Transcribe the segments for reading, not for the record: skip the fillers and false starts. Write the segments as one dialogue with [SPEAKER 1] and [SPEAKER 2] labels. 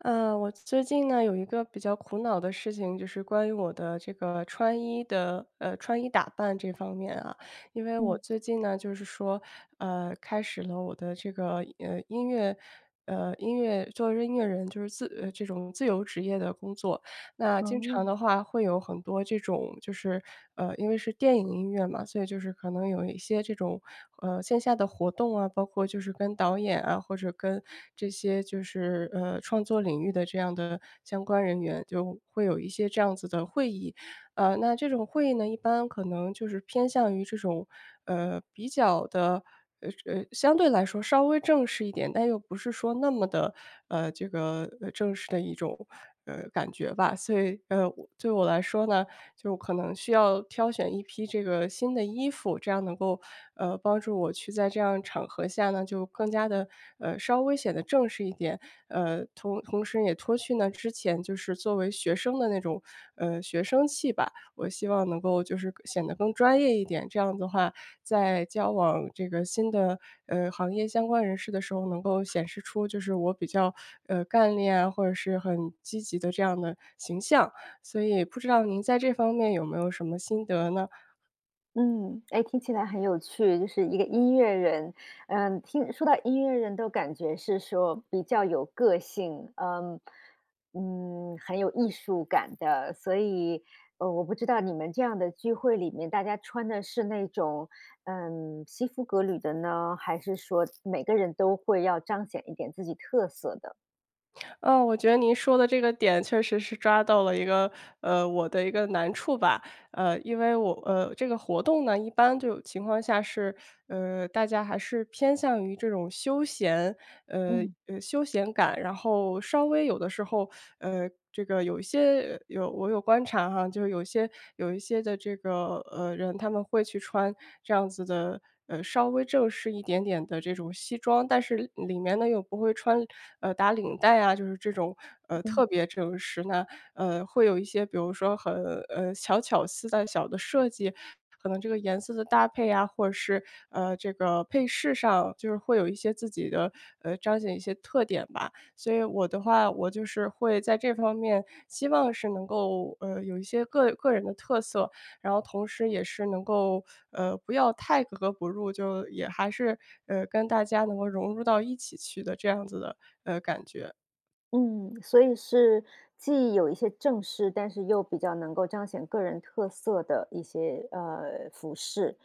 [SPEAKER 1] 我最近呢有一个比较苦恼的事情，就是关于我的这个穿衣的，穿衣打扮这方面啊。因为我
[SPEAKER 2] 嗯。
[SPEAKER 1] 最近呢，就是说，开始了我的这个音乐，音乐作为音乐人，就是这种自由职业的工作。那经
[SPEAKER 2] 哦。
[SPEAKER 1] 常的话会有很多这种就是，因为是电影音乐嘛，所以就是可能有一些这种，线下的活动啊，包括就是跟导演啊，或者跟这些就是，创作领域的这样的相关人员，就会有一些这样子的会议。那这种会议呢，一般可能就是偏向于这种，比较的相对来说稍微正式一点，但又不是说那么的这个，正式的一种，感觉吧。所以，我对我来说呢，就可能需要挑选一批这个新的衣服，这样能够，帮助我去在这样场合下呢，就更加的稍微显得正式一点。同时也脱去呢之前就是作为学生的那种，学生气吧。我希望能够就是显得更专业一点，这样的话，在交往这个新的行业相关人士的时候，能够显示出就是我比较干练啊，或者是很积极的这样的形象。所以不知道您在这方面有没有什么心得呢？
[SPEAKER 2] 嗯，哎，听起来很有趣，就是一个音乐人。嗯，听说到音乐人都感觉是说比较有个性，嗯，很有艺术感的。所以，我不知道你们这样的聚会里面，大家穿的是那种西服革履的呢，还是说每个人都会要彰显一点自己特色的？
[SPEAKER 1] 嗯，我觉得您说的这个点确实是抓到了一个，我的一个难处吧。因为我这个活动呢，一般就情况下是，大家还是偏向于这种休闲，
[SPEAKER 2] 嗯
[SPEAKER 1] 休闲感，然后稍微有的时候，这个有一些有我有观察哈，就是有一些的这个人，他们会去穿这样子的稍微正式一点点的这种西装，但是里面呢又不会穿打领带啊，就是这种，特
[SPEAKER 2] 嗯。
[SPEAKER 1] 别正式。那，会有一些比如说很，小巧思的小的设计，可能这个颜色的搭配啊，或者是，这个配饰上，就是会有一些自己的，彰显一些特点吧。所以我的话，我就是会在这方面希望是能够，有一些个人的特色。然后同时也是能够，不要太格格不入，就也还是，跟大家能够融入到一起去的这样子的，感觉。
[SPEAKER 2] 嗯，所以是既有一些正式，但是又比较能够彰显个人特色的一些服饰。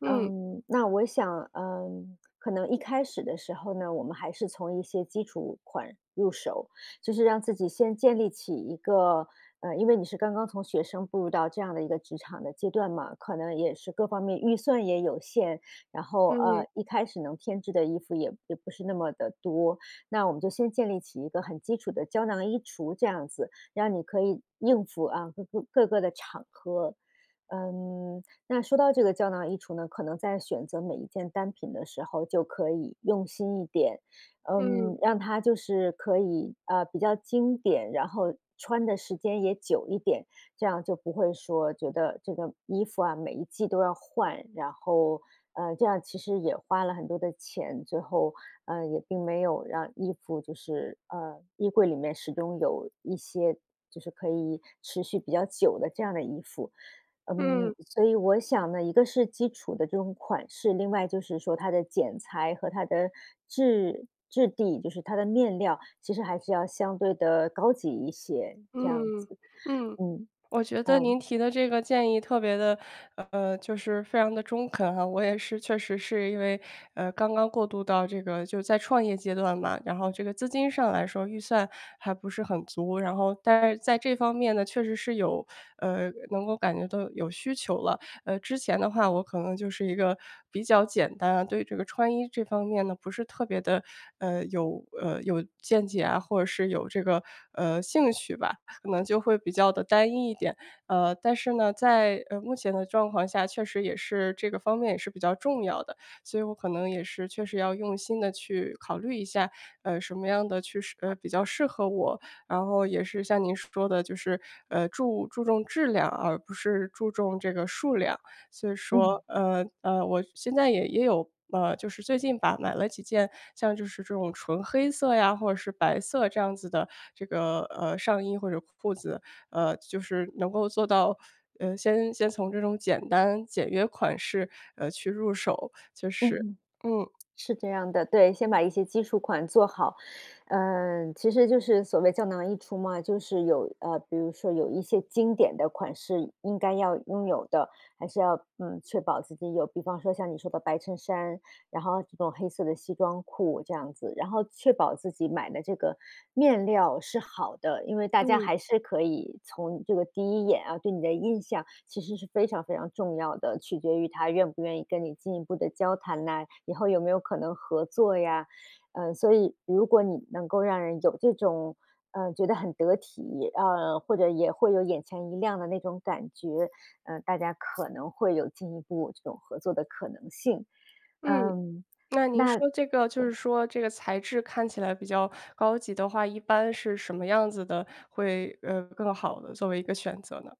[SPEAKER 1] 嗯，
[SPEAKER 2] 嗯，那我想，嗯，可能一开始的时候呢，我们还是从一些基础款入手，就是让自己先建立起一个。因为你是刚刚从学生步入到这样的一个职场的阶段嘛，可能也是各方面预算也有限，然后
[SPEAKER 1] 嗯，
[SPEAKER 2] 一开始能添置的衣服也不是那么的多，那我们就先建立起一个很基础的胶囊衣橱，这样子让你可以应付啊各个的场合。嗯，那说到这个胶囊衣橱呢，可能在选择每一件单品的时候就可以用心一点，
[SPEAKER 1] 嗯，
[SPEAKER 2] 嗯，让它就是可以比较经典，然后穿的时间也久一点，这样就不会说觉得这个衣服啊每一季都要换，然后这样其实也花了很多的钱，最后也并没有让衣服就是衣柜里面始终有一些就是可以持续比较久的这样的衣服。
[SPEAKER 1] 嗯。
[SPEAKER 2] 嗯，所以我想呢，一个是基础的这种款式，另外就是说它的剪裁和它的质地，就是它的面料，其实还是要相对的高级一些，这样
[SPEAKER 1] 嗯，
[SPEAKER 2] 子。
[SPEAKER 1] 嗯，
[SPEAKER 2] 嗯，
[SPEAKER 1] 我觉得
[SPEAKER 2] 好。
[SPEAKER 1] 您提的这个建议特别的，就是非常的中肯哈。我也是确实是因为，刚刚过渡到这个就在创业阶段嘛，然后这个资金上来说预算还不是很足，然后但是在这方面呢，确实是有能够感觉到有需求了。之前的话我可能就是一个比较简单啊，对这个穿衣这方面呢，不是特别的有见解啊，或者是有这个，兴趣吧。可能就会比较的单一一点。但是呢，在，目前的状况下，确实也是这个方面也是比较重要的，所以我可能也是确实要用心的去考虑一下，什么样的比较适合我。然后也是像您说的，就是，注重质量而不是注重这个数量。所以
[SPEAKER 2] 嗯，
[SPEAKER 1] 说，
[SPEAKER 2] 嗯
[SPEAKER 1] 我现在也有，就是最近吧，买了几件像就是这种纯黑色呀，或者是白色这样子的这个，上衣或者裤子，就是能够做到，先从这种简单简约款式，去入手，就是
[SPEAKER 2] 嗯。
[SPEAKER 1] 嗯，
[SPEAKER 2] 是这样的，对，先把一些基础款做好，嗯，其实就是所谓“胶囊易出”嘛，就是有比如说有一些经典的款式应该要拥有的，还是要嗯确保自己有，比方说像你说的白衬衫，然后这种黑色的西装裤这样子，然后确保自己买的这个面料是好的，因为大家还
[SPEAKER 1] 嗯，
[SPEAKER 2] 是可以从这个第一眼啊，对你的印象其实是非常非常重要的，取决于他愿不愿意跟你进一步的交谈呐，以后有没有可能合作呀。嗯，所以如果你能够让人有这种，嗯觉得很得体，或者也会有眼前一亮的那种感觉，嗯，大家可能会有进一步这种合作的可能性。
[SPEAKER 1] 嗯，
[SPEAKER 2] 嗯，
[SPEAKER 1] 那您
[SPEAKER 2] 那
[SPEAKER 1] 说这个就是
[SPEAKER 2] 呃
[SPEAKER 1] 说这个材质看起来比较高级的话，一般是什么样子的会，更好的作为一个选择呢？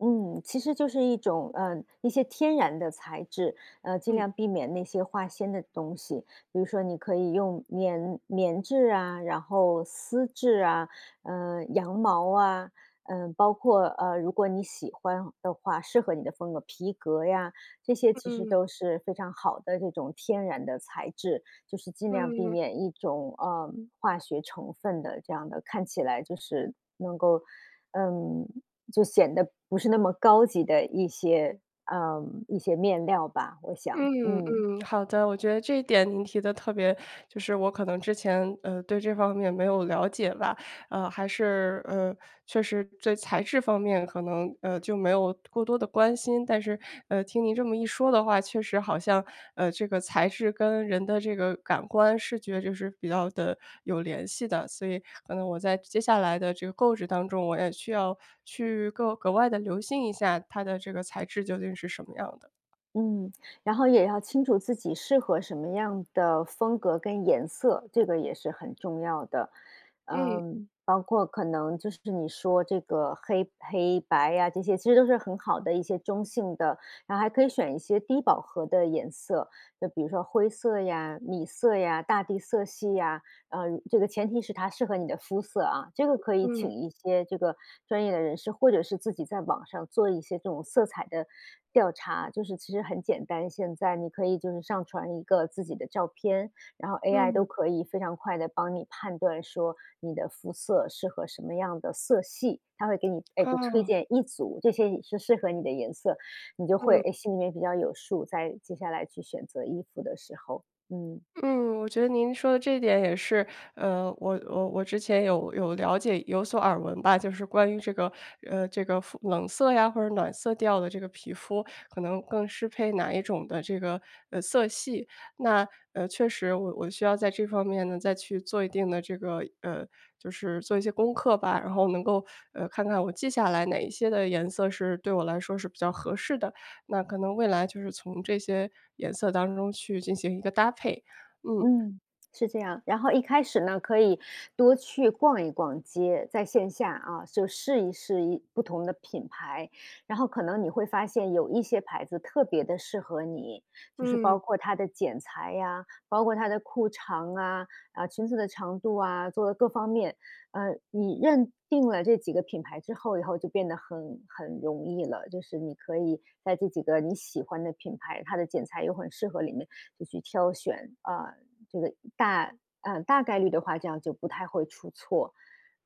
[SPEAKER 2] 嗯，其实就是一种嗯一些天然的材质，尽
[SPEAKER 1] 嗯，
[SPEAKER 2] 量避免那些化纤的东西。比如说，你可以用棉质啊，然后丝质啊，嗯，羊毛啊，嗯、包括如果你喜欢的话，适合你的风格，皮革呀，这些其实
[SPEAKER 1] 嗯。
[SPEAKER 2] 都是非常好的这种天然的材质，就是尽量避
[SPEAKER 1] 嗯，
[SPEAKER 2] 免一种化学成分的这样的，看起来就是能够。嗯，就显得不是那么高级的一些，嗯，一些面料吧，我想，
[SPEAKER 1] 嗯
[SPEAKER 2] 嗯
[SPEAKER 1] 嗯，好的，我觉得这一点您提的特别就是我可能之前，对这方面没有了解吧，还是，确实对材质方面可能，就没有过多的关心，但是，听您这么一说的话，确实好像，这个材质跟人的这个感官视觉就是比较的有联系的，所以可能我在接下来的这个购置当中，我也需要去够格外的留心一下它的这个材质究竟是什么样的。
[SPEAKER 2] 嗯，然后也要清楚自己适合什么样的风格跟颜色，这个也是很重要的。
[SPEAKER 1] 嗯。
[SPEAKER 2] 嗯，包括可能就是你说这个黑白呀、这些其实都是很好的一些中性的，然后还可以选一些低饱和的颜色，就比如说灰色呀、米色呀、大地色系呀，呃，这个前提是它适合你的肤色啊，这个可以请
[SPEAKER 1] 嗯，
[SPEAKER 2] 一些这个专业的人士，或者是自己在网上做一些这种色彩的调查，就是其实很简单，现在你可以就是上传一个自己的照片，然后 AI 都
[SPEAKER 1] 嗯，
[SPEAKER 2] 可以非常快的帮你判断说你的肤色适合什么样的色系，他会给你，哎，就推
[SPEAKER 1] 哦，
[SPEAKER 2] 荐一组，这些是适合你的颜色，你就会，
[SPEAKER 1] 嗯。
[SPEAKER 2] 哎，心里面比较有数，在接下来去选择衣服的时候，嗯。
[SPEAKER 1] 嗯，我觉得您说的这一点也是，我之前有了解，有所耳闻吧，就是关于这个，这个肤冷色呀或者暖色调的这个皮肤，可能更适配哪一种的这个色系。那确实我需要在这方面呢再去做一定的这个就是做一些功课吧，然后能够看看我记下来哪一些的颜色是对我来说是比较合适的，那可能未来就是从这些颜色当中去进行一个搭配。嗯，
[SPEAKER 2] 嗯，是这样。然后一开始呢，可以多去逛一逛街，在线下啊，就试一试不同的品牌，然后可能你会发现有一些牌子特别的适合你，就是
[SPEAKER 1] 嗯，
[SPEAKER 2] 包括它的剪裁呀，包括它的裤长啊，啊裙子的长度啊，做的各方面，你认定了这几个品牌之后，以后就变得很容易了，就是你可以在这几个你喜欢的品牌，它的剪裁又很适合里面就去挑选啊、这个大嗯，大概率的话，这样就不太会出错。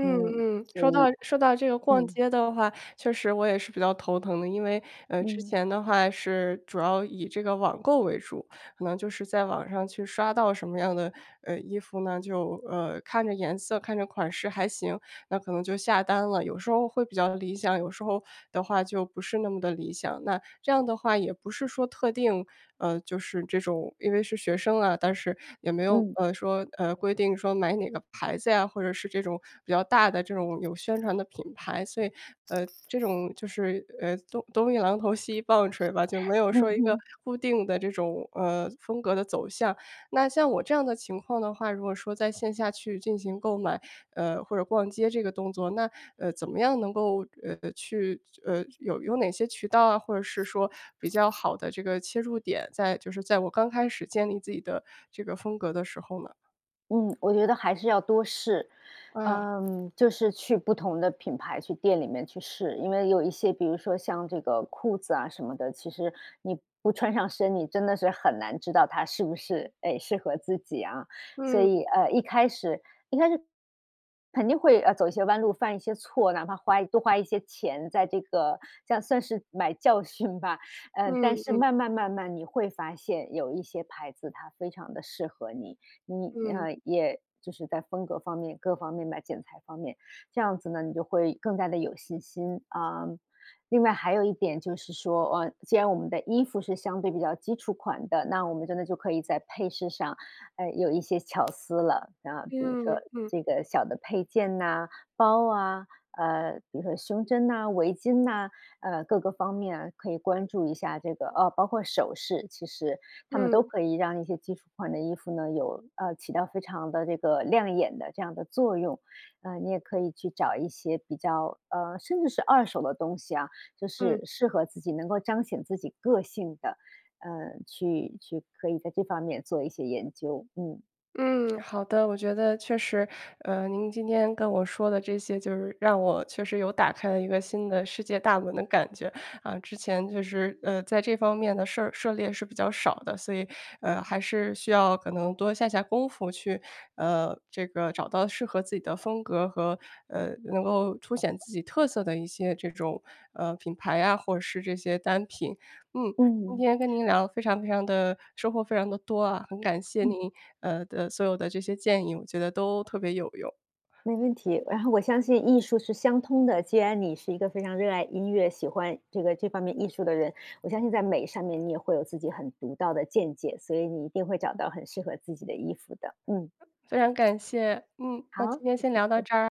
[SPEAKER 1] 嗯
[SPEAKER 2] 嗯，
[SPEAKER 1] 嗯，
[SPEAKER 2] 所
[SPEAKER 1] 说到
[SPEAKER 2] 以
[SPEAKER 1] 说到这个逛
[SPEAKER 2] 嗯，
[SPEAKER 1] 街的话，确实我也是比较头疼的。因为，之
[SPEAKER 2] 嗯，
[SPEAKER 1] 前的话是主要以这个网购为主，可能就是在网上去刷到什么样的，衣服呢，就，看着颜色、看着款式还行，那可能就下单了。有时候会比较理想，有时候的话就不是那么的理想。那这样的话也不是说特定，就是这种因为是学生啊，但是也没有，
[SPEAKER 2] 嗯，嗯
[SPEAKER 1] 说，规定说买哪个牌子呀，或者是这种比较大的这种有宣传的品牌。所以，这种就是，东一榔头西一棒槌吧，就没有说
[SPEAKER 2] 嗯
[SPEAKER 1] 一个
[SPEAKER 2] 哼。
[SPEAKER 1] 固定的这种，风格的走向。那像我这样的情况的话，如果说在线下去进行购买，或者逛街这个动作，那，怎么样能够，有哪些渠道啊，或者是说比较好的这个切入点，在就是在我刚开始建立自己的这个风格的时候呢？
[SPEAKER 2] 嗯，我觉得还是要多试，
[SPEAKER 1] 啊，
[SPEAKER 2] 嗯，就是去不同的品牌、去店里面去试，因为有一些，比如说像这个裤子啊什么的，其实你不穿上身，你真的是很难知道它是不是哎适合自己啊。所
[SPEAKER 1] 嗯，
[SPEAKER 2] 以一开始肯定会走一些弯路，犯一些错，哪怕多花一些钱，在这个这样算是买教训吧。但是
[SPEAKER 1] 嗯，
[SPEAKER 2] 慢慢，你会发现有一些牌子它非常的适合你。你
[SPEAKER 1] 嗯，
[SPEAKER 2] 也就是在风格方面各方面吧，剪裁方面，这样子呢，你就会更加的有信心啊。另外还有一点就是说，既然我们的衣服是相对比较基础款的，那我们真的就可以在配饰上，有一些巧思了啊，
[SPEAKER 1] 嗯，
[SPEAKER 2] 比如说
[SPEAKER 1] 嗯，嗯，
[SPEAKER 2] 这个小的配件呐、包啊，比如说胸针呐、围巾呐、各个方面可以关注一下这个包括首饰，其实他们
[SPEAKER 1] 嗯
[SPEAKER 2] 都
[SPEAKER 1] 嗯
[SPEAKER 2] 可以让一些基础款的衣服呢，有起到非常的这个亮眼的这样的作用。你也可以去找一些比较甚至是二手的东西啊，就
[SPEAKER 1] 嗯。
[SPEAKER 2] 是适合自己，能够彰显自己个性的，去可以在这方面做一些研究，嗯嗯。
[SPEAKER 1] 嗯，好的，我觉得确实，您今天跟我说的这些，就是让我确实有打开了一个新的世界大门的感觉啊。之前就是在这方面的涉猎是比较少的，所以还是需要可能多下功夫去这个找到适合自己的风格和能够凸显自己特色的一些这种品牌啊，或者是这些单品。嗯，今
[SPEAKER 2] 嗯。
[SPEAKER 1] 天跟您聊非常非常的收获非常的多啊，很感谢您，的所有的这些建议，我觉得都特别有用，
[SPEAKER 2] 没问题，然后我相信艺术是相通的。既然你是一个非常热爱音乐、喜欢这个这方面艺术的人，我相信在美上面你也会有自己很独到的见解，所以你一定会找到很适合自己的衣服的。嗯，
[SPEAKER 1] 非常感谢。嗯，
[SPEAKER 2] 好，
[SPEAKER 1] 那今天
[SPEAKER 2] 谢
[SPEAKER 1] 先
[SPEAKER 2] 谢，
[SPEAKER 1] 聊到
[SPEAKER 2] 拜拜
[SPEAKER 1] 这儿啊